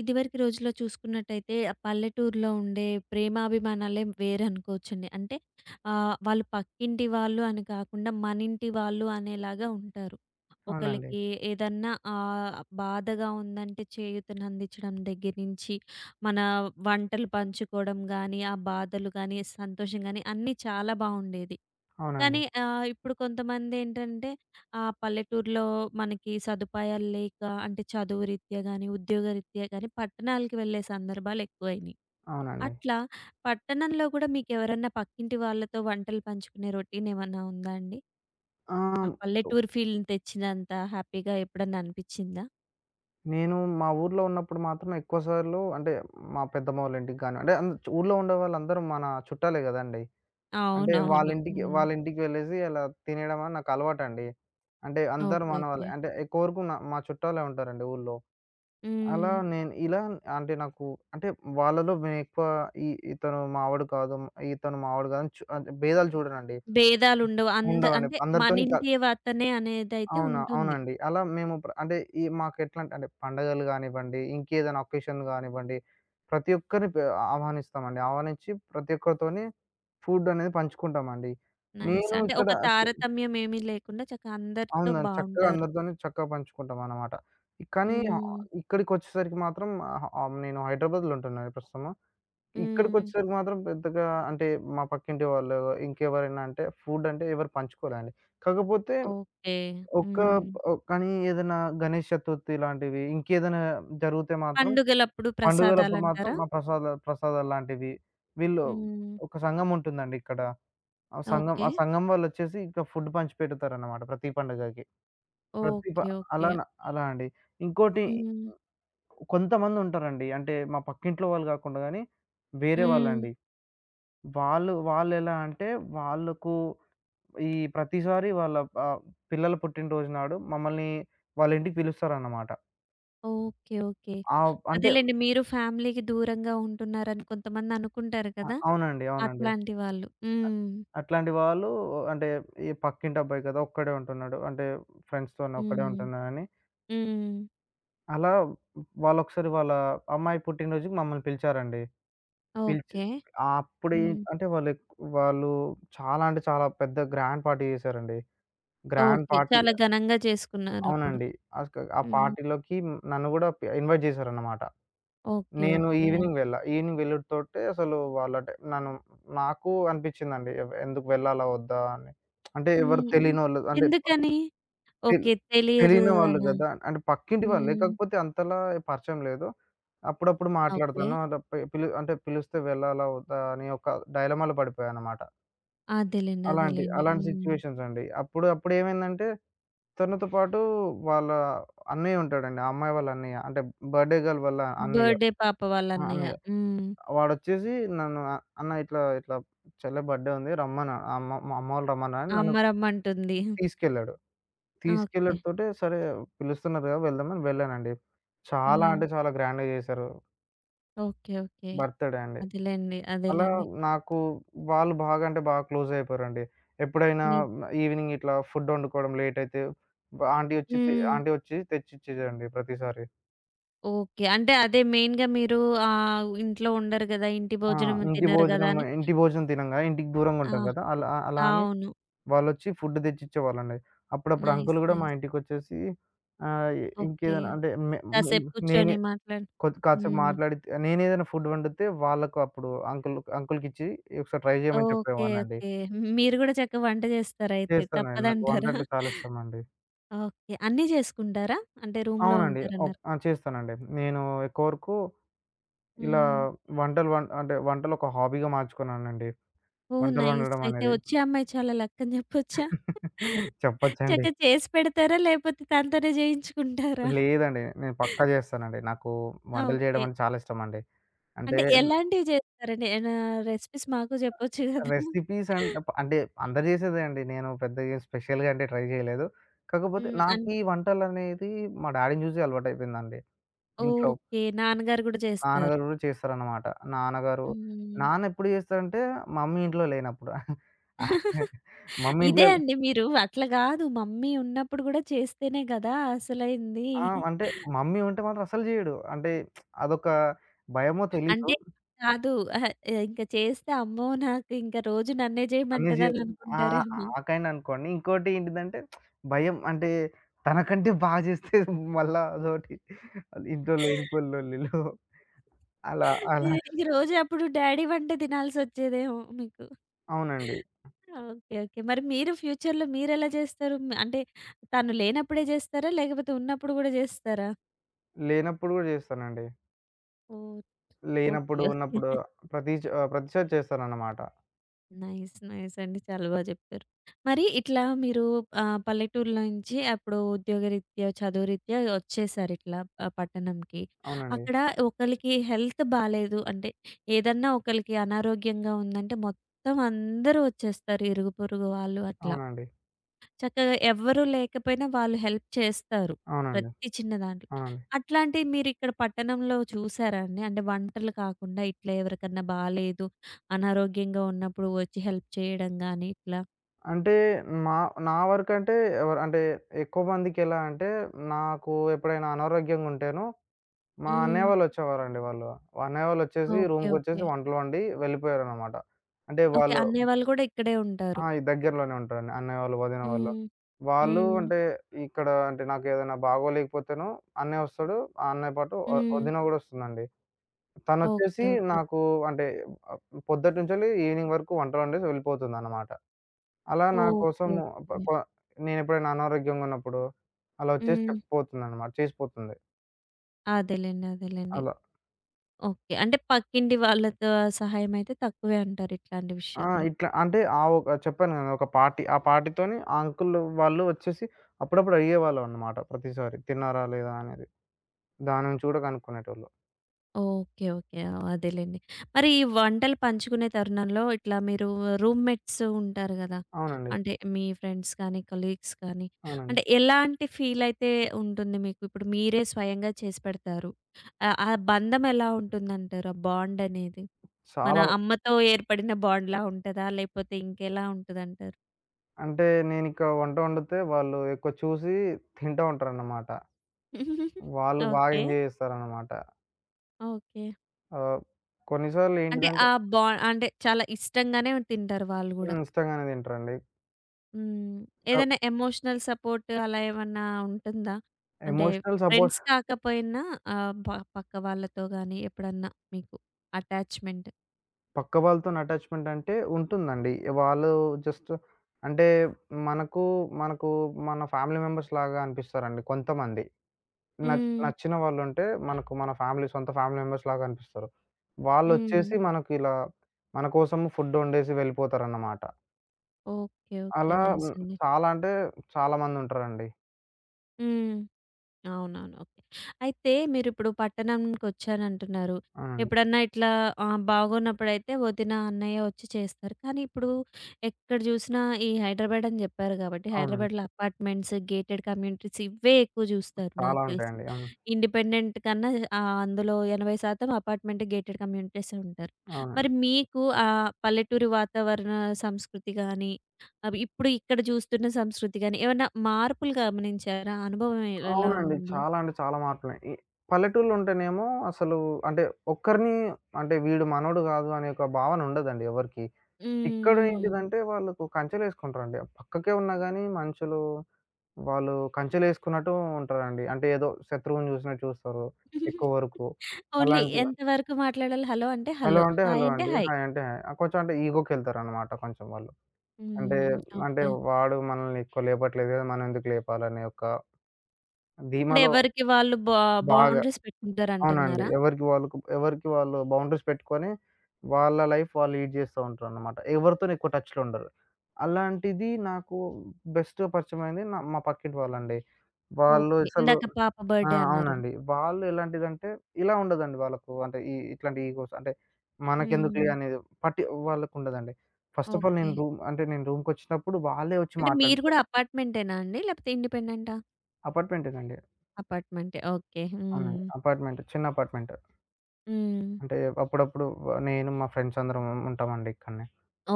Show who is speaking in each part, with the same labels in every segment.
Speaker 1: ఇదివరకు రోజుల్లో చూసుకున్నట్టయితే ఆ పల్లెటూరులో ఉండే ప్రేమాభిమానాలే వేరనుకోవచ్చండి. అంటే వాళ్ళు పక్కింటి వాళ్ళు అని కాకుండా మనింటి వాళ్ళు అనేలాగా ఉంటారు.
Speaker 2: అవునండి.
Speaker 1: ఒకళ్ళకి ఏదన్నా బాధగా ఉందంటే చేయూతనందించడం దగ్గర నుంచి, మన వంటలు పంచుకోవడం గానీ, ఆ బాధలు గానీ, సంతోషం గానీ అన్నీ చాలా బావుండేది. కానీ
Speaker 2: అవునండి.
Speaker 1: ఇప్పుడు కొంతమందేంటంటే పల్లెటూరులో మనకి సదుపాయాలు లేక అంటే చదువు రీత్యా గాని, ఉద్యోగ రీత్యా గాని పట్టణాలకి వెళ్ళే సందర్భాలెక్కువయినియి.
Speaker 2: అవునండి.
Speaker 1: అట్లా పట్టణంలో గూడా మీకెవరన్నా పక్కింటి వాళ్ళతో వంటలు పంచుకునే రొటీన్ ఏమన్నా ఉందా అండి? ఆ
Speaker 2: ఆహ్,
Speaker 1: పల్లెటూరు ఫీల్‌ని తెచ్చినంత హ్యాపీగా ఎప్పుడన్నా అనిపిచ్చిందా?
Speaker 2: నేను మా ఊర్లో ఉన్నప్పుడు మాత్రం ఎక్కువ సార్లు మా పెద్దమ్మ వాళ్ళ ఇంటికి గాని అంటే అన్ ఊర్లో ఉండే వాళ్ళందరూ మన చుట్టాలే గదండీ! అంటే
Speaker 1: అవునవును.
Speaker 2: వాళ్ళింటికి
Speaker 1: హ్మ్.
Speaker 2: వాళ్ళింటికి వెళ్ళేసి అలా తినడం అని నాకు అలవాటండి. అంటే అందరూ
Speaker 1: ఓకే.
Speaker 2: మన వాళ్ళే.
Speaker 1: ఓకే.
Speaker 2: అంటే ఎక్కువ వరకు మా చుట్టాలే ఉంటారండి ఊర్లో. అలా
Speaker 1: హ్మ్.
Speaker 2: నేను ఇలా అంటే నాకు అంటే వాళ్ళలో నేనెక్కువ ఈ ఇతను మావాడు కాదు, ఇతను మావాడు కాదు అని చు అంటే భేదాలు చూడనండి.
Speaker 1: భేదాలుండవు. అంద
Speaker 2: ఉండవండి.
Speaker 1: అంటే
Speaker 2: అందరితోని
Speaker 1: మనింటి వతనే అనేదైతే
Speaker 2: అవునా!
Speaker 1: ఉంటుంది.
Speaker 2: అవునండి. అలా మేము ప్ర అంటే మాకెట్లాంటే అంటే అంటే పండగలు గానివ్వండి, ఇంకేదైనా అకేషన్‌లు గానివ్వండి, ప్రతి ఒక్కరిని పే ఆహ్వానిస్తామండి. ఆహ్వానించి ప్రతి ఒక్కరితోని ఫుడ్ అనేది పంచుకుంటామండి.
Speaker 1: నైస్.
Speaker 2: నేను
Speaker 1: అంటే
Speaker 2: ఇక్కడ
Speaker 1: ఒక
Speaker 2: అస్
Speaker 1: తారతమ్యం ఏమీ లేకుండా చక్కగా అందరితో
Speaker 2: అవునండి. చక్కగా
Speaker 1: బావుంటారు.
Speaker 2: చక్కగా పంచుకుంటామనమాట. కానీ
Speaker 1: హ్మ్.
Speaker 2: ఇక్కడికొచ్చేసరికి మాత్రం ఆహ్, ఆహ్, నేను హైదరాబాద్‌లో ఉంటున్నాను ప్రస్తుతము.
Speaker 1: హ్మ్.
Speaker 2: ఇక్కడికొచ్చేసరికి మాత్రం పెద్దగా అంటే మా పక్కింటి వాళ్ళు ఇంకెవరైనా అంటే ఫుడ్ అంటే ఎవరు పంచుకోరండి. కాకపోతే
Speaker 1: ఓకే.
Speaker 2: ఒక్క
Speaker 1: హ్మ్.
Speaker 2: ఒ కానీ ఏదైనా గణేష్ చతుర్థి లాంటివి, ఇంకేదైనా జరిగితే మాత్రం
Speaker 1: పండుగలప్పుడు
Speaker 2: పండుగలప్పుడు మాత్రం
Speaker 1: ప్రసాదాలంటారా?
Speaker 2: మా ప్రసాదాలు లాంటివి. వీళ్ళు
Speaker 1: హ్మ్.
Speaker 2: ఒక సంఘం ఉంటుందండి ఇక్కడ. ఆ సంఘం
Speaker 1: ఓకే.
Speaker 2: ఆ సంఘం వాళ్ళొచ్చేసి ఇక ఫుడ్ పంచిపెడతారన్నమాట ప్రతి పండుగకి. ప్రతి ప
Speaker 1: ఓకే. ఓకే.
Speaker 2: అలాన అలా అండి. ఇంకోటి
Speaker 1: హ్మ్.
Speaker 2: కొంతమందుంటారండి. అంటే మా పక్కింట్లో వాళ్ళు గాకుండా గానీ, వేరే
Speaker 1: హ్మ్.
Speaker 2: వాళ్ళండి. వాళ్ళెలా అంటే వాళ్ళకు ప్రతిసారి ఆహ్, పిల్లల పుట్టినరోజు నాడు వాళ్ళ ఇంటికి పిలుస్తారన్నమాట.
Speaker 1: ఓకే. ఓకే.
Speaker 2: ఆవ్ అంటే
Speaker 1: అదేలెండి, మీరు ఫ్యామిలీకి దూరంగా ఉంటున్నారని కొంతమందనుకుంటారు
Speaker 2: అ
Speaker 1: కదా!
Speaker 2: అవునండి. అవునండి.
Speaker 1: అట్లాంటి వాళ్ళు. హ్మ్.
Speaker 2: అట్లాంటి వాళ్ళు అంటే ఈ పక్కింటి అబ్బాయి కదా! ఒక్కడే ఉంటున్నాడు. అంటే ఫ్రెండ్స్‌తోని ఒక్కడే
Speaker 1: హ్మ్.
Speaker 2: ఉంటున్నానని
Speaker 1: హ్మ్.
Speaker 2: అలా వాళ్ళ అమ్మాయి పుట్టినరోజుకి మమ్మల్ని పిలిచారండి. పిలిచి
Speaker 1: ఓకే.
Speaker 2: అప్పుడు ఎ
Speaker 1: హ్మ్.
Speaker 2: అంటే వాళ్ళు ఎక్ వాళ్ళు చాలా అంటే చాలా పెద్ద గ్రాండ్ పార్టీ చేశారండి. Grand
Speaker 1: okay.
Speaker 2: పార్టీ
Speaker 1: చాలా ఘనంగా చేసుకున్నారప్పుడు.
Speaker 2: అవునండి. ఆ
Speaker 1: హ్మ్.
Speaker 2: పార్టీలోకి నన్ను గూడా ఇన్వైట్ చేశారన్నమాట.
Speaker 1: ఓకే.
Speaker 2: నేను
Speaker 1: ఓకే.
Speaker 2: ఈవినింగ్ వెళ్ళా. ఈవినింగ్ వెళ్ళుడుతోటే అసలు వాళ్ళంటే నన్ను నాకు అనిపిచ్చిందండి. ఎందుకు వెళ్ళాలా? వద్దా? అని. అంటే ఎవరు
Speaker 1: హ్మ్. హ్మ్.
Speaker 2: తెలియనోళ్ళు అంటే
Speaker 1: ఎందుకని?
Speaker 2: తెల్
Speaker 1: ఓకే. తెలియదు
Speaker 2: తెలియని వాళ్ళు
Speaker 1: అనా?
Speaker 2: గదా! అంటే పక్కింటి వాళ్ళే.
Speaker 1: హ్మ్.
Speaker 2: కాకపోతే అంతలా పరిచయం లేదు. అప్పుడప్పుడు
Speaker 1: ఓకే.
Speaker 2: మాట్లాడతాను. అలా పి పిలు అంటే పిలిస్తే వెళ్ళాలా? వద్దా? అని ఒక డైలమాలో పడిపోయానన్నమాట.
Speaker 1: అదేలెండి.
Speaker 2: అలాంటి
Speaker 1: అదేలెండి.
Speaker 2: అలాంటి
Speaker 1: హ్మ్.
Speaker 2: సిట్యుయేషన్స్ అండి. అప్పుడేమైందంటే తనతో పాటు వాళ్ళ అన్నయ్య ఉంటాడండి. ఆ అమ్మాయి వాళ్ళ అన్నయ్య. అంటే బర్త్‌డే గర్ల్ వాళ్ళ అన్నయ్య.
Speaker 1: బర్త్‌డే పాప వాళ్ళ
Speaker 2: ఆ!
Speaker 1: అన్నయ్య.
Speaker 2: అన్నయ్య.
Speaker 1: హ్మ్.
Speaker 2: వాడొచ్చేసి నన్ను ఆహ్, అన్న ఇట్లా, ఇట్లా బర్త్‌డే ఉంది రమ్మన్నాడు. మా అమ్మ వాళ్ళు రమ్మన్నారు. నన్ను
Speaker 1: అమ్మ రమ్మంటుంది.
Speaker 2: తీసుకెళ్ళాడు.
Speaker 1: ఓకే.
Speaker 2: తీసుకెళ్ళడంతోటే సరే పిలుస్తున్నారు కదా! వెళ్దామని వెళ్ళానండి. చాలా
Speaker 1: హ్మ్.
Speaker 2: అంటే చాలా గ్రాండ్‌గా చేశారు.
Speaker 1: ఓకే. ఓకే.
Speaker 2: బర్త్‌డే అండి.
Speaker 1: అదేలెండి.
Speaker 2: అలా
Speaker 1: అదేలెండి.
Speaker 2: నాకు వాళ్ళు బాగా అంటే బాగా క్లోజ్ అయిపోయారండి. ఎప్పుడైనా
Speaker 1: ని
Speaker 2: ఈవినింగ్ ఇట్లా ఫుడ్ వండుకోవడం లేట్ అయితే
Speaker 1: హ్మ్.
Speaker 2: ఆంటీ వచ్చి తెచ్చిచ్చేదండి ప్రతిసారి.
Speaker 1: ఓకే. అంటే అదే మెయిన్‌గా మీరు ఇంట్లో ఉండరు గదా! ఇంటి
Speaker 2: ఆ!
Speaker 1: భోజనం తినరు గదా! అని
Speaker 2: ఇంటి భోజనం తినంగా ఇంటికి దూరంగా
Speaker 1: ఆ!
Speaker 2: ఉంటాం కదా! అలా అలా అని
Speaker 1: అవును.
Speaker 2: వాళ్ళొచ్చి ఫుడ్ తెచ్చిచ్చేవాళ్ళండి. అప్పుడప్పుడు
Speaker 1: నైస్.
Speaker 2: అంకుల్ గూడా మా
Speaker 1: నైస్.
Speaker 2: ఇంటికొచ్చేసి ఆహ్, ఎ
Speaker 1: ఓకే.
Speaker 2: ఇంకేదైనా అంటే మె ము
Speaker 1: కాసేపు
Speaker 2: నేనే
Speaker 1: కూర్చొని మాట్లాడి
Speaker 2: కొద్ కాసేపు
Speaker 1: హ్మ్.
Speaker 2: మాట్లాడి నేనేదైనా ఫుడ్ వండితే వాళ్ళకు అప్పుడు అంకుల్‌కిచ్చి ఒకసారి ట్రై జేయమని
Speaker 1: ఓకే.
Speaker 2: చెప్పేవాడినండి.
Speaker 1: ఓకే. మీరు గూడా చక్కగా వంట జేస్తారయితే.
Speaker 2: చేస్తానండి. నాకు వంట
Speaker 1: తప్పదంటారా?
Speaker 2: అంటే చాలా ఇష్టమండి.
Speaker 1: ఓకే. అన్నీ జేసుకుంటారా? అంటే రూమ్‌లో
Speaker 2: అవునండి.
Speaker 1: ఉంటారన్నారు.
Speaker 2: ఆ! చేస్తానండి. నేను ఎక్కువ వరకు ఇలా
Speaker 1: హ్మ్.
Speaker 2: వంటలు వం అంటే వంటలు ఒక హాబీగా మార్చుకున్నానండి.
Speaker 1: ఓహ్!
Speaker 2: వంటలు
Speaker 1: నైస్.
Speaker 2: వండడం
Speaker 1: అయితే
Speaker 2: అనేది.
Speaker 1: వచ్చే అమ్మాయి చాలా లక్ అని జెప్పొచ్చా?
Speaker 2: చెప్పొచ్చండి.
Speaker 1: చక్కగా చేసి పెడతారా? లేపోతే తనతోనే జేయించుకుంటారా?
Speaker 2: లేదండి. నేను పక్కా జేస్తానండి. నాకు వంటలు
Speaker 1: ఓకే.
Speaker 2: జేయడం అంటే చాలా ఇష్టమండి. అంటే
Speaker 1: అంటే ఎలాంటివి జేస్తారండి? రెసిపీస్ మాకు జెప్పొచ్చు గదా!
Speaker 2: రెసిపీస్ అంటే అంటే అందరు చేసేదే అండి. నేను పెద్దగా స్పెషల్‌గా అంటే ట్రై చేయలేదు. కాకపోతే
Speaker 1: హ్మ్.
Speaker 2: నాకీ వంటలనేది మా డ్యాడీని చూసి అలవాటయిపోయిందండి. ఇంట్లో
Speaker 1: ఓకే. నాన్నగారు గూడా జేస్తారు.
Speaker 2: నాన్నగారు కూడా చేస్తారనమాట. నాన్నగారు
Speaker 1: హ్మ్.
Speaker 2: నాన్న ఎప్పుడు చేస్తారంటే మమ్మీ ఇంట్లో లేనప్పుడు. మమ్మీ ఇంట్లో
Speaker 1: ఇదే
Speaker 2: లే
Speaker 1: అండి. మీరు అట్లా గాదు. మమ్మీ ఉన్నప్పుడు గూడా చేస్తేనే గదా! అసలైంది.
Speaker 2: ఆ! అంటే మమ్మీ ఉంటే మాత్రం అస్సలు చేయడు. అంటే అదొక భయమో తెలీదు.
Speaker 1: అంటే కాదు. అహా! ఇంక చేస్తే అమ్మో! నాకు ఇంక రోజు నన్నే
Speaker 2: అన్ని జే
Speaker 1: జేయమంటదని
Speaker 2: ఆ!
Speaker 1: అనుకుంటారేమో.
Speaker 2: ఆ కైండ్ అనుకోండి. ఇంకోటి ఏంటిదంటే భయం. అంటే తనకంటే బాగా చేస్తే మళ్ళా అదోటి ఇంట్లో లేనిపోని లొల్లిలు అలా అలా
Speaker 1: ఈ రోజు అప్పుడు డ్యాడీ వంట తినాల్సొచ్చేదేమో మీకు.
Speaker 2: అవునండి.
Speaker 1: ఓకే. ఓకే. మరి మీరు ఫ్యూచర్‌లో మీరెలా జేస్తారు? అంటే తను లేనప్పుడే జేస్తారా? లేకపోతే ఉన్నప్పుడు గూడా జేస్తారా?
Speaker 2: లేనప్పుడు గూడా చేస్తానండి.
Speaker 1: ఓహ్!
Speaker 2: లేనప్పుడు,
Speaker 1: ఓకే.
Speaker 2: ఉన్నప్పుడు
Speaker 1: ఓకే.
Speaker 2: ప్రతిసారి చేస్తానన్నమాట.
Speaker 1: నైస్. నైస్ అండి. చాలా బా జెప్పారు. మరి ఇట్లా మీరు పల్లెటూరులో నుంచి అప్పుడు ఉద్యోగరీత్యా, చదువురీత్యా ఒచ్చేసారిట్లా పట్టణంకి.
Speaker 2: అవునండి.
Speaker 1: అక్కడ ఒకళ్ళకి హెల్త్ బాలేదు అంటే, ఏదన్నా ఒకళ్ళకి అనారోగ్యంగా ఉందంటే మొత్తం అందరూ ఒచ్చేస్తారు ఇరుగు పొరుగు వాళ్ళు అట్లా.
Speaker 2: అవునండి.
Speaker 1: చక్కగా ఎవ్వరూ లేకపోయినా వాళ్ళు హెల్ప్ చేస్తారు.
Speaker 2: అవునండి.
Speaker 1: ప్రతి చిన్న దాంట్లో.
Speaker 2: అవునండి.
Speaker 1: అట్లాంటివి మీరిక్కడ పట్టణంలో చూసారా అండి? అంటే వంటలు కాకుండా ఇట్లా ఎవరికన్నా బాలేదు, అనారోగ్యంగా ఉన్నప్పుడు వచ్చి హెల్ప్ చేయడం గాని ఇట్లా?
Speaker 2: అంటే మా నా వరకంటే ఎవరు అంటే ఎక్కువ మందికెలా అంటే నాకు ఎప్పుడైనా అనారోగ్యంగుంటేనో మా అన్నయ్య
Speaker 1: హ్మ్.
Speaker 2: వాళ్ళొచ్చేవారండి వాళ్ళు. అన్నయ్య వాళ్ళొచ్చేసి
Speaker 1: ఓకే.
Speaker 2: రూమ్‌కొచ్చేసి
Speaker 1: ఓకే.
Speaker 2: వంటలు వండి వెళ్ళిపోయారనమాట. అంటే
Speaker 1: ఓకే.
Speaker 2: వాళ్ళు
Speaker 1: అన్నయ్య వాళ్ళు గూడా ఇక్కడే ఉంటారు.
Speaker 2: ఆ! ఈ దగ్గరలోనే ఉంటారండి. అన్నయ్య వాళ్ళు, వదిన వాళ్ళు.
Speaker 1: హ్మ్.
Speaker 2: వాళ్ళు
Speaker 1: హ్మ్.
Speaker 2: అంటే ఇక్కడ అంటే నాకేదైనా బాగోలేకపోతేనో అన్నయ్య వస్తాడు. ఆ అన్నయ్య పాటు
Speaker 1: హ్మ్.
Speaker 2: వదిన గూడా వస్తుందండి.
Speaker 1: ఓకే.
Speaker 2: తనొచ్చేసి
Speaker 1: ఓకే.
Speaker 2: నాకు అంటే ఆహ్, పొద్దుటి నుంచెల్లి ఈవినింగ్ వరకు వంటలు వండేసి వెళ్ళిపోతుందనమాట. అలా నా కోసం
Speaker 1: ఓకే.
Speaker 2: ప
Speaker 1: ఓకే.
Speaker 2: కొ నేనెప్పుడైనా అనారోగ్యంగున్నప్పుడు అలా వచ్చేసి
Speaker 1: హ్మ్.
Speaker 2: చెప్పిపోతుందనమాట. చేసిపోతుంది.
Speaker 1: అదేలెండి. అదేలెండి.
Speaker 2: అలా.
Speaker 1: ఓకే. అంటే పక్కింటి వాళ్ళతో సహాయం అయితే తక్కువే అంటారు ఇట్లాంటి
Speaker 2: ఆ!
Speaker 1: విషయాల్లో.
Speaker 2: ఇట్లా అంటే ఆ ఒక చెప్పాను గదా! ఒక పార్టీ. ఆ పార్టీతోని ఆ అంకుల్ వాళ్ళు వచ్చేసి అప్పుడప్పుడు అడిగేవాళ్ళనమాట ప్రతిసారి. తిన్నారా? లేదా? అనేది. దాని నుంచి గూడా కనుక్కునేటోళ్ళు.
Speaker 1: ఓకే. ఓకే. అదేలెండి. మరి ఈ వంటలు పంచుకునే తరుణంలో ఇట్లా మీరు రూమ్‌మేట్స్ ఉంటారు గదా!
Speaker 2: అవునండి.
Speaker 1: అంటే మీ ఫ్రెండ్స్ కానీ, కొలీగ్స్ కానీ
Speaker 2: అవునండి.
Speaker 1: అంటే ఎలాంటి ఫీలయితే ఉంటుంది మీకు? ఇప్పుడు మీరే స్వయంగా చేసి పెడతారు. ఆ బంధం ఎలా ఉంటుందంటారు? ఆ బాండనేది? మన
Speaker 2: చాలా
Speaker 1: అమ్మతో ఏర్పడిన బాండ్‌లా ఉంటదా? లేపోతే ఇంకెలా ఉంటదంటారు?
Speaker 2: అంటే నేనిక్కడ వంట వండితే వాళ్ళు ఎక్కువ చూసి తింటా ఉంటారన్నమాట. వాళ్ళు బాగా
Speaker 1: ఓకే.
Speaker 2: ఎంజాయ్ జేస్తారన్నమాట.
Speaker 1: ఓకే.
Speaker 2: ఆహ్, కొన్నిసార్లు
Speaker 1: అంటే
Speaker 2: ఏంటిదంటే
Speaker 1: ఆ బా అంటే చాలా ఇష్టంగానే తింటారు వాళ్ళు గూడా.
Speaker 2: ఇష్టంగానే తింటారండి.
Speaker 1: హ్మ్.
Speaker 2: క
Speaker 1: ఏదైనా ఎమోషనల్ సపోర్ట్ అలా ఏమన్నా ఉంటుందా? అంటే
Speaker 2: ఎమోషనల్ సపోర్ట్
Speaker 1: ఫ్రెండ్స్ కాకపోయినా ఆహ్, ప పక్క వాళ్ళతో గాని ఎప్పుడన్నా మీకు అటాచ్‌మెంట్?
Speaker 2: పక్క వాళ్ళతోని అటాచ్‌మెంట్ అంటే ఉంటుందండి. వాళ్ళు జస్ట్ అంటే మనకు, మనకు మన ఫ్యామిలీ మెంబర్స్ లాగా అనిపిస్తారండి కొంతమంది.
Speaker 1: హ్మ్.
Speaker 2: నచ్చిన వాళ్ళుంటే మనకు మన ఫ్యామిలీ సొంత ఫ్యామిలీ మెంబర్స్ లాగా అనిపిస్తారు. వాళ్ళొచ్చేసి
Speaker 1: హ్మ్.
Speaker 2: మనకు ఇలా మన కోసం ఫుడ్ వండేసి వెళ్ళిపోతారన్నమాట.
Speaker 1: ఓకే. ఓకే.
Speaker 2: అలా
Speaker 1: నైస్ అండి.
Speaker 2: చాలా అంటే చాలా మందుంటారండి.
Speaker 1: హ్మ్. అవునవును. ఓకే. అయితే మీరిప్పుడు పట్టణంకొచ్చానంటున్నారు.
Speaker 2: అవునండి.
Speaker 1: ఎప్పుడన్నా ఇట్లా బాగోనప్పుడైతే వదిన, అన్నయ్య ఒచ్చి చేస్తారు. కానీ ఇప్పుడు ఎక్కడ జూసినా ఈ హైదరాబాద్ అని జెప్పారు గాబట్టి,
Speaker 2: అవునండి.
Speaker 1: హైదరాబాద్‌లో అపార్ట్‌మెంట్స్, గేటెడ్ కమ్యూనిటీస్ ఇవే ఎక్కువ జూస్తారు నాకు
Speaker 2: చాలా
Speaker 1: తెలిసి.
Speaker 2: ఉంటాయండి. అవును.
Speaker 1: ఇండిపెండెంట్ కన్నా అందులో 80% అపార్ట్‌మెంట్, గేటెడ్ కమ్యూనిటీసే ఉంటారు.
Speaker 2: అవును.
Speaker 1: మరి మీకు ఆ పల్లెటూరి వాతావరణ సంస్కృతి గాని, అవి ఇప్పుడు ఇక్కడ చూస్తున్న సంస్కృతి గాని, ఏమన్నా మార్పులు గమనించారా? అనుభవం ఎలా
Speaker 2: అవునండి.
Speaker 1: ఉంది?
Speaker 2: చాలా అంటే చాలా మార్పులున్నాయి. ఈ పల్లెటూర్లుంటేనేమో అసలు అంటే ఒక్కరిని అంటే వీడు మనోడు గాదు అనే ఒక భావన ఉండదండి ఎవరికీ. ఇక్కడ
Speaker 1: హ్మ్.
Speaker 2: ఏంటిదంటే వాళ్ళకు కంచెలేసుకుంటారండి. పక్కకే ఉన్నా గానీ మనుషులు వాళ్ళు కంచెలేసుకున్నట్టు ఉంటారండి. అంటే ఏదో శత్రువుని జూసినట్టు చూస్తారు ఎక్కువ వరకు.
Speaker 1: ఓన్లీ
Speaker 2: అలాంటివి.
Speaker 1: ఎంత వరకు మాట్లాడాలి? హలో అంటే
Speaker 2: హలో
Speaker 1: హలో.
Speaker 2: అంటే
Speaker 1: హాయ్
Speaker 2: హలో
Speaker 1: అంటే
Speaker 2: అండి.
Speaker 1: హాయ్.
Speaker 2: హాయ్ అంటే హాయ్. కొంచెం అంటే ఈగోకెళ్తారనమాట కొంచెం వాళ్ళు. అంటే
Speaker 1: హ్మ్.
Speaker 2: అంటే
Speaker 1: ఓకే.
Speaker 2: వాడు మనల్ని ఎక్కువ లేపట్లేదు గదా! మనమెందుకు లేపాలనే ఒక
Speaker 1: అంటే
Speaker 2: ధీమాలో
Speaker 1: ఎవరికి వాళ్ళు
Speaker 2: బాగా
Speaker 1: బౌండరీస్
Speaker 2: అవునండి.
Speaker 1: పెట్టుకుంటారంటన్నారా?
Speaker 2: ఎవరికి వాళ్ళు బౌండరీస్ పెట్టుకొని, వాళ్ళ లైఫ్ వాళ్ళు లీడ్ చేస్తా ఉంటారనమాట. ఎవరితోని ఎక్కువ టచ్‌లో ఉండరు. అలాంటిది నాకు బెస్ట్ పరిచయమైంది మా పక్కింటి వాళ్ళండి. వాళ్ళు
Speaker 1: ఓకే.
Speaker 2: అసలు
Speaker 1: ఇందాక పాప
Speaker 2: ఆ!
Speaker 1: బర్త్‌డే అన్నారు.
Speaker 2: అవునండి. వాళ్ళు ఎలాంటిదంటే, ఇలా ఉండదండి వాళ్ళకు అంటే ఈ ఇట్లాంటి ఈగోస్ అంటే మనకెందుకులే
Speaker 1: హ్మ్.
Speaker 2: అనేది పట్టి వాళ్ళకుండదండి. First of all
Speaker 1: okay.
Speaker 2: నేను రూమ్‌కొచ్చినప్పుడు వాళ్ళే వచ్చి
Speaker 1: అంటే మీరు
Speaker 2: మాట్లాడతారు.
Speaker 1: కూడా అపార్ట్‌మెంటేనా అండి? లేకపోతే ఇండిపెండెంటా?
Speaker 2: అపార్ట్‌మెంటేనండి.
Speaker 1: అపార్ట్‌మెంటే. ఓకే. హ్మ్.
Speaker 2: అవునండి. అపార్ట్‌మెంట్. చిన్న అపార్ట్‌మెంట్.
Speaker 1: హ్మ్.
Speaker 2: అంటే అప్పుడప్పుడు నేను మా ఫ్రెండ్స్ అందరం ఉంటామండి ఇక్కడనే.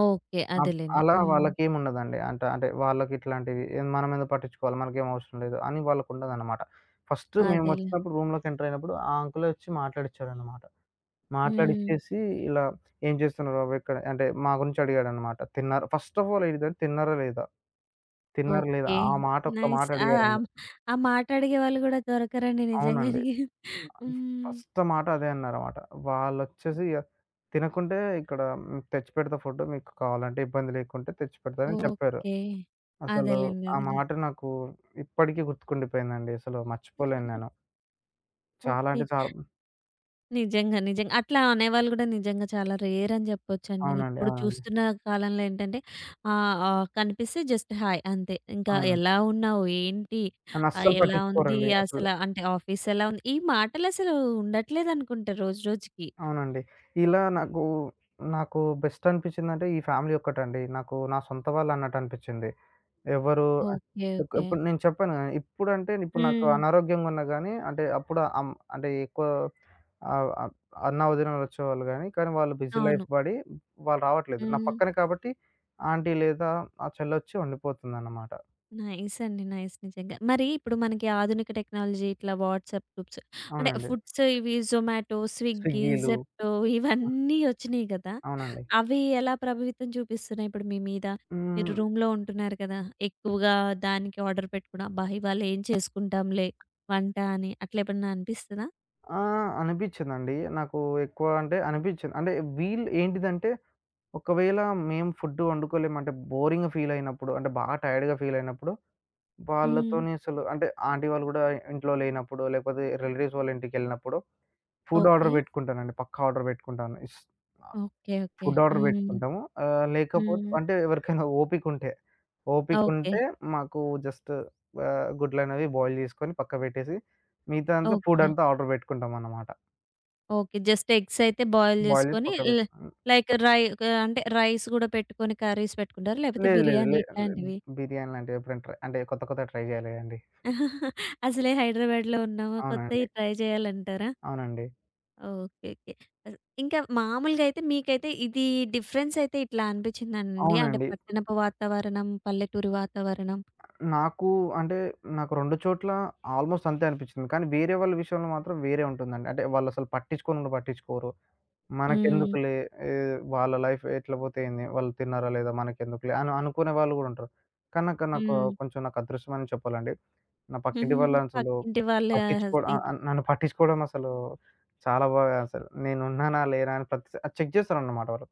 Speaker 1: ఓకే.
Speaker 2: అప్
Speaker 1: అదేలెండి.
Speaker 2: అలా
Speaker 1: హ్మ్.
Speaker 2: వాళ్ళకేముండదండి. అంటే అంటే వాళ్ళకిట్లాంటివి మనమేందో పట్టించుకోవాలి, మనకేం అవసరం లేదు అని వాళ్ళకుండదనమాట. ఫస్ట్
Speaker 1: అదేలే.
Speaker 2: మేమొచ్చినప్పుడు రూమ్‌లోకి ఎంటర్ అయినప్పుడు ఆ అంకులే వచ్చి మాట్లాడిచ్చాడనమాట.
Speaker 1: హ్మ్.
Speaker 2: మాట్లాడిచ్చేసి ఇలా "ఏం చేస్తున్నారు బాబు ఇక్కడ" అంటే మా గురించి అడిగాడనమాట. ఫస్ట్ ఆఫ్ ఆల్ అడిగాడు "తిన్నారా లేదా?" "తిన్నారా లేదా?"
Speaker 1: ఓకే.
Speaker 2: ఆ మాట ఒక్క
Speaker 1: నైస్.
Speaker 2: మాట
Speaker 1: ఆ! ఆ
Speaker 2: అడిగారండి.
Speaker 1: ఆ మాట అడిగే వాళ్ళు గూడా దొరకరండి
Speaker 2: అవునండి.
Speaker 1: నిజంగానే. హ్మ్.
Speaker 2: ఫస్ట్ మాట అదే అన్నారమాట. వాళ్ళొచ్చేసి తినకుంటే ఇక్కడ తెచ్చిపెడతా ఫుడ్ మీకు కావాలంటే ఇబ్బంది లేకుంటే తెచ్చిపెడతా అని చెప్పారు.
Speaker 1: ఓకే.
Speaker 2: అసలు
Speaker 1: అదేలెండి.
Speaker 2: ఆ
Speaker 1: అదేలెండి.
Speaker 2: మాట నాకు ఇప్పటికీ గుర్తుకుండిపోయిందండి. అసలు మర్చిపోలేను నేను. చాలా
Speaker 1: ఓకే.
Speaker 2: అంటే చాలా
Speaker 1: నిజంగా. నిజంగా. అట్లా అనేవాళ్ళు గూడా నిజంగా చాలా రేర్ అని జెప్పొచ్చండి.
Speaker 2: అవునండి.
Speaker 1: ఇప్పుడు
Speaker 2: అవునండి.
Speaker 1: చూస్తున్న కాలంలో ఏంటంటే ఆహ్, ఆహ్, కనిపిస్తే జస్ట్ హాయ్ అంతే. ఇంకా
Speaker 2: అవును.
Speaker 1: ఎలా ఉన్నావు? ఏంటి?
Speaker 2: నన్నస్సలు
Speaker 1: ఎలా ఉంది?
Speaker 2: పట్టించుకోరండి అసలు.
Speaker 1: అసల అంటే ఆఫీస్ ఎలా ఉంది? ఈ మాటలసలు ఉండట్లేదనుకుంటా రోజు రోజుకి.
Speaker 2: అవునండి. ఇలా నాకు నాకు బెస్ట్ అనిపించిందంటే ఈ ఫ్యామిలీ ఒక్కటండి. నాకు నా సొంత వాళ్ళన్నట్టు అనిపించింది. ఎవరు
Speaker 1: ఓకే.
Speaker 2: ఇక్
Speaker 1: ఓకే.
Speaker 2: ఇప్పుడు నేను చెప్పాను గదా! ఇప్పుడంటే ఇప్పుడు నాకు
Speaker 1: హ్మ్.
Speaker 2: అనారోగ్యంగా ఉన్నా గానీ అంటే అప్పుడు అం అంటే ఎక్కువ ఆహ్, ఆహ్, అన్నావొదినలు వచ్చేవాళ్ళు గానీ, కానీ వాళ్ళు బిజీ లైఫ్
Speaker 1: అవును.
Speaker 2: బడి వాళ్ళు రావట్లేదు. నా
Speaker 1: హ్మ్.
Speaker 2: పక్కన కాబట్టి ఆంటీ లేదా ఆ చెల్లొచ్చి వండిపోతుందన్నమాట.
Speaker 1: నైస్ అండి. నైస్ నిజంగా. మరి ఇప్పుడు మనకి ఆధునిక టెక్నాలజీ ఇట్లా వాట్సాప్ గ్రూప్స్ అంటే
Speaker 2: అవునండి.
Speaker 1: ఫుడ్స్ ఇవి జొమాటో, స్విగ్గీ,
Speaker 2: స్విగ్గీలు.
Speaker 1: జెప్టో ఇవన్నీ వచ్చినియి గదా!
Speaker 2: అవునండి.
Speaker 1: అవి ఎలా ప్రభావితం చూపిస్తున్నాయి ఇప్పుడు మీ మీద? మీరు
Speaker 2: హ్మ్.
Speaker 1: రూమ్‌లో ఉంటున్నారు కదా! ఎక్కువగా దానికి ఆర్డర్ పెట్టుకోవడం. అబ్బా! ఇవాళ ఏం చేసుకుంటాంలే వంట అని అట్లా ఎప్పుడన్నా అనిపిస్తదా?
Speaker 2: ఆ! అనిపిచ్చిందండి. నాకు ఎక్కువ అంటే అనిపిచ్చింది. అంటే వీళ్ళు ఏంటిదంటే ఒకవేళ మేము ఫుడ్ వండుకోలేమంటే బోరింగ్‌గా ఫీల్ అయినప్పుడు అంటే బాగా టైర్డ్‌గా ఫీల్ అయినప్పుడు
Speaker 1: హ్మ్.
Speaker 2: వాళ్ళతోని అసలు అంటే ఆంటీ వాళ్ళు గూడా ఇంట్లో లేనప్పుడు, లేకపోతే రిలేటివ్స్ వాళ్ళ ఇంటికెళ్ళినప్పుడు ఫుడ్
Speaker 1: ఓకే.
Speaker 2: ఆర్డర్ బెట్టుకుంటానండి. పక్కా ఆర్డర్ బెట్టుకుంటాను. ఆహ్,
Speaker 1: ఓకే. ఓకే.
Speaker 2: ఫుడ్ ఆర్డర్
Speaker 1: హ్మ్.
Speaker 2: బెట్టుకుంటాము. లేకపోతే
Speaker 1: హ్మ్.
Speaker 2: అంటే ఎవరికైనా ఓపికుంటే,
Speaker 1: ఓకే.
Speaker 2: ఓపికుంటే మాకు జస్ట్ గుడ్లనేవి బాయిల్ జేసుకొని పక్క బెట్టేసి, మిగతా అంతా ఫుడ్
Speaker 1: ఓకే.
Speaker 2: అంతా ఆర్డర్ బెట్టుకుంటామన్నమాట.
Speaker 1: ఓకే. జస్ట్ ఎగ్స్ అయితే బాయిల్
Speaker 2: బాయిల్ జేసి
Speaker 1: చేసుకొని
Speaker 2: పక్క
Speaker 1: ల్
Speaker 2: బెట్ హ్మ్.
Speaker 1: లైక్ రై అంటే రైస్ గూడా పెట్టుకొని కర్రీస్ పెట్టుకుంటారా? లేకపోతే
Speaker 2: లేదు. లేదు.
Speaker 1: బిర్యానీ
Speaker 2: లే లే
Speaker 1: ఇట్లాంటివి?
Speaker 2: బిర్యానీ లాంటివి ఎప్పుడైనా ట్రై అంటే కొత్త కొత్తగా ట్రై జేయాలి గదండీ.
Speaker 1: అసలే హైదరాబాద్‌లో ఉన్నాము. కొత్తయి
Speaker 2: అవునండి.
Speaker 1: ట్రై చేయాలంటారా?
Speaker 2: అవునండి.
Speaker 1: ఓకే. ఓకే. అస్ ఇంకా మామూలుగా అయితే మీకైతే ఇది డిఫరెన్స్ అయితే ఇట్లా అనిపించిందండి. అంటే
Speaker 2: అవునండి.
Speaker 1: పట్టణపు వాతావరణం, పల్లెటూరి వాతావరణం.
Speaker 2: నాకు అంటే, నాకు 2 చోట్ల ఆల్‌మోస్ట్ అంతే అనిపిచ్చింది. కానీ వేరే వాళ్ళ విషయంలో మాత్రం వేరే ఉంటుందండి. అంటే వాళ్ళసలు పట్టించుకోను కూడా పట్టించుకోరు.
Speaker 1: హ్మ్.
Speaker 2: మనకెందుకులే ఏ వాళ్ళ లైఫ్ ఎట్లా పోతే ఏంది? వాళ్ళు తిన్నారా లేదా? మనకెందుకులే అని అనుకునే వాళ్ళు గూడా ఉంటారు. కానీ నాకు నాకు
Speaker 1: హ్మ్.
Speaker 2: కొంచెం నాకు అదృష్టమని చెప్పాలండి. నా పక్కింటి వాళ్ళు అసలు
Speaker 1: పక్కింటి వాళ్ళ
Speaker 2: పట్టించుకోవడం ఆహ్,
Speaker 1: ఇది.
Speaker 2: ఆహ్, నన్ను పట్టించుకోవడం అసలు చాలా బాగా అసలు నేనున్నానా? లేనా? అని చెక్ చేస్తారన్నమాట వాళ్ళు.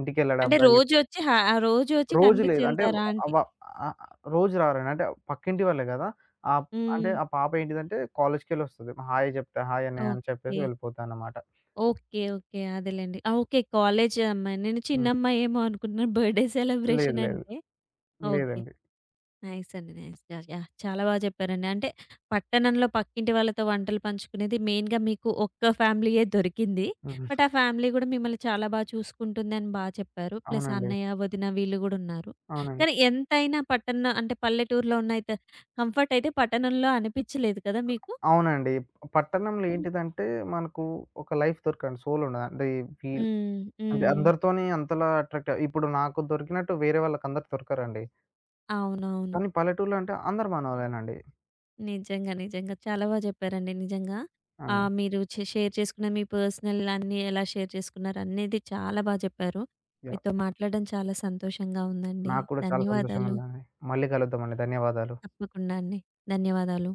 Speaker 2: ఇంటికెళ్ళాడా
Speaker 1: అంటే
Speaker 2: అబ్బాయి?
Speaker 1: రోజొచ్చి
Speaker 2: రోజు లేదు.
Speaker 1: కనిపించెళ్తారా అంటి?
Speaker 2: అవ ఆహ్, రోజు రారండి. అంటే పక్కింటి వాళ్ళే గదా! ఆహ్, అంటే
Speaker 1: హ్మ్.
Speaker 2: ఆ పాప ఏంటిదంటే కాలేజ్‌కెళ్ళొస్తది. హాయ్ జెప్తా, హాయ్ అన్నయ్య అని చెప్పేసి
Speaker 1: ఓకే.
Speaker 2: వెళ్ళిపోతానమాట.
Speaker 1: ఓకే. ఓకే. అదేలెండి. ఆ! ఓకే. కాలేజీ అమ్మాయి. నేను
Speaker 2: హ్మ్.
Speaker 1: చిన్నమ్మాయేమో అనుకున్నాను బర్త్‌డే
Speaker 2: లేదు
Speaker 1: సెలబ్రేషన్
Speaker 2: లేదు.
Speaker 1: అంటే. ఓకే.
Speaker 2: లేదండి.
Speaker 1: నైస్ అండి. నైస్. యాహ్! యాహ్! చాలా బాగా చెప్పారండి. అంటే పట్టణంలో పక్కింటి వాళ్ళతో వంటలు పంచుకునేది మెయిన్‌గా మీకు ఒక్క ఫ్యామిలీయే దొరికింది.
Speaker 2: హ్మ్.
Speaker 1: బట్ ఆ ఫ్యామిలీ కూడా మిమ్మల్ని చాలా బాగా చూసుకుంటుందని బా చెప్పారు. ప్లస్
Speaker 2: అవునండి.
Speaker 1: అన్నయ్య, వదిన వీళ్ళు కూడా ఉన్నారు.
Speaker 2: అవునండి.
Speaker 1: కానీ ఎంతైనా పట్టణ అంటే పల్లెటూరులో ఉన్న అయితే కంఫర్ట్ అయితే పట్టణంలో అనిపించలేదు కదా మీకు?
Speaker 2: అవునండి. పట్టణంలో
Speaker 1: హ్మ్.
Speaker 2: ఏంటిదంటే మనకు ఒక లైఫ్ దొరకండి. సోల్ ఉండదు. అంటే ఫీల్
Speaker 1: హ్మ్.
Speaker 2: అంటే
Speaker 1: హ్మ్.
Speaker 2: అందరితోని అంతలా అట్రాక్ట్ ఇప్పుడు నాకు దొరికినట్టు వేరే వాళ్ళకందరికి దొరకరండి.
Speaker 1: అవునవును.
Speaker 2: కానీ పల్లెటూరులో అంటే అందరు మనోళ్ళేనండి.
Speaker 1: నిజంగా. నిజంగా. చాలా బా చెప్పారండి నిజంగా.
Speaker 2: అవును.
Speaker 1: మీరు షేర్ చేసుకున్న మీ పర్సనల్ అన్నీ ఎలా షేర్ చేసుకున్నారు అనేది చాలా బా చెప్పారు.
Speaker 2: యాహ్!
Speaker 1: మీతో మాట్లాడడం చాలా సంతోషంగా ఉందండి.
Speaker 2: నాకు కూడా చాలా సంతోషంగా
Speaker 1: ధన్యవాదాలు.
Speaker 2: ఉందండి. మళ్ళీ కలుద్దామండి. ధన్యవాదాలు.
Speaker 1: తప్పకుండా అండి. ధన్యవాదాలు.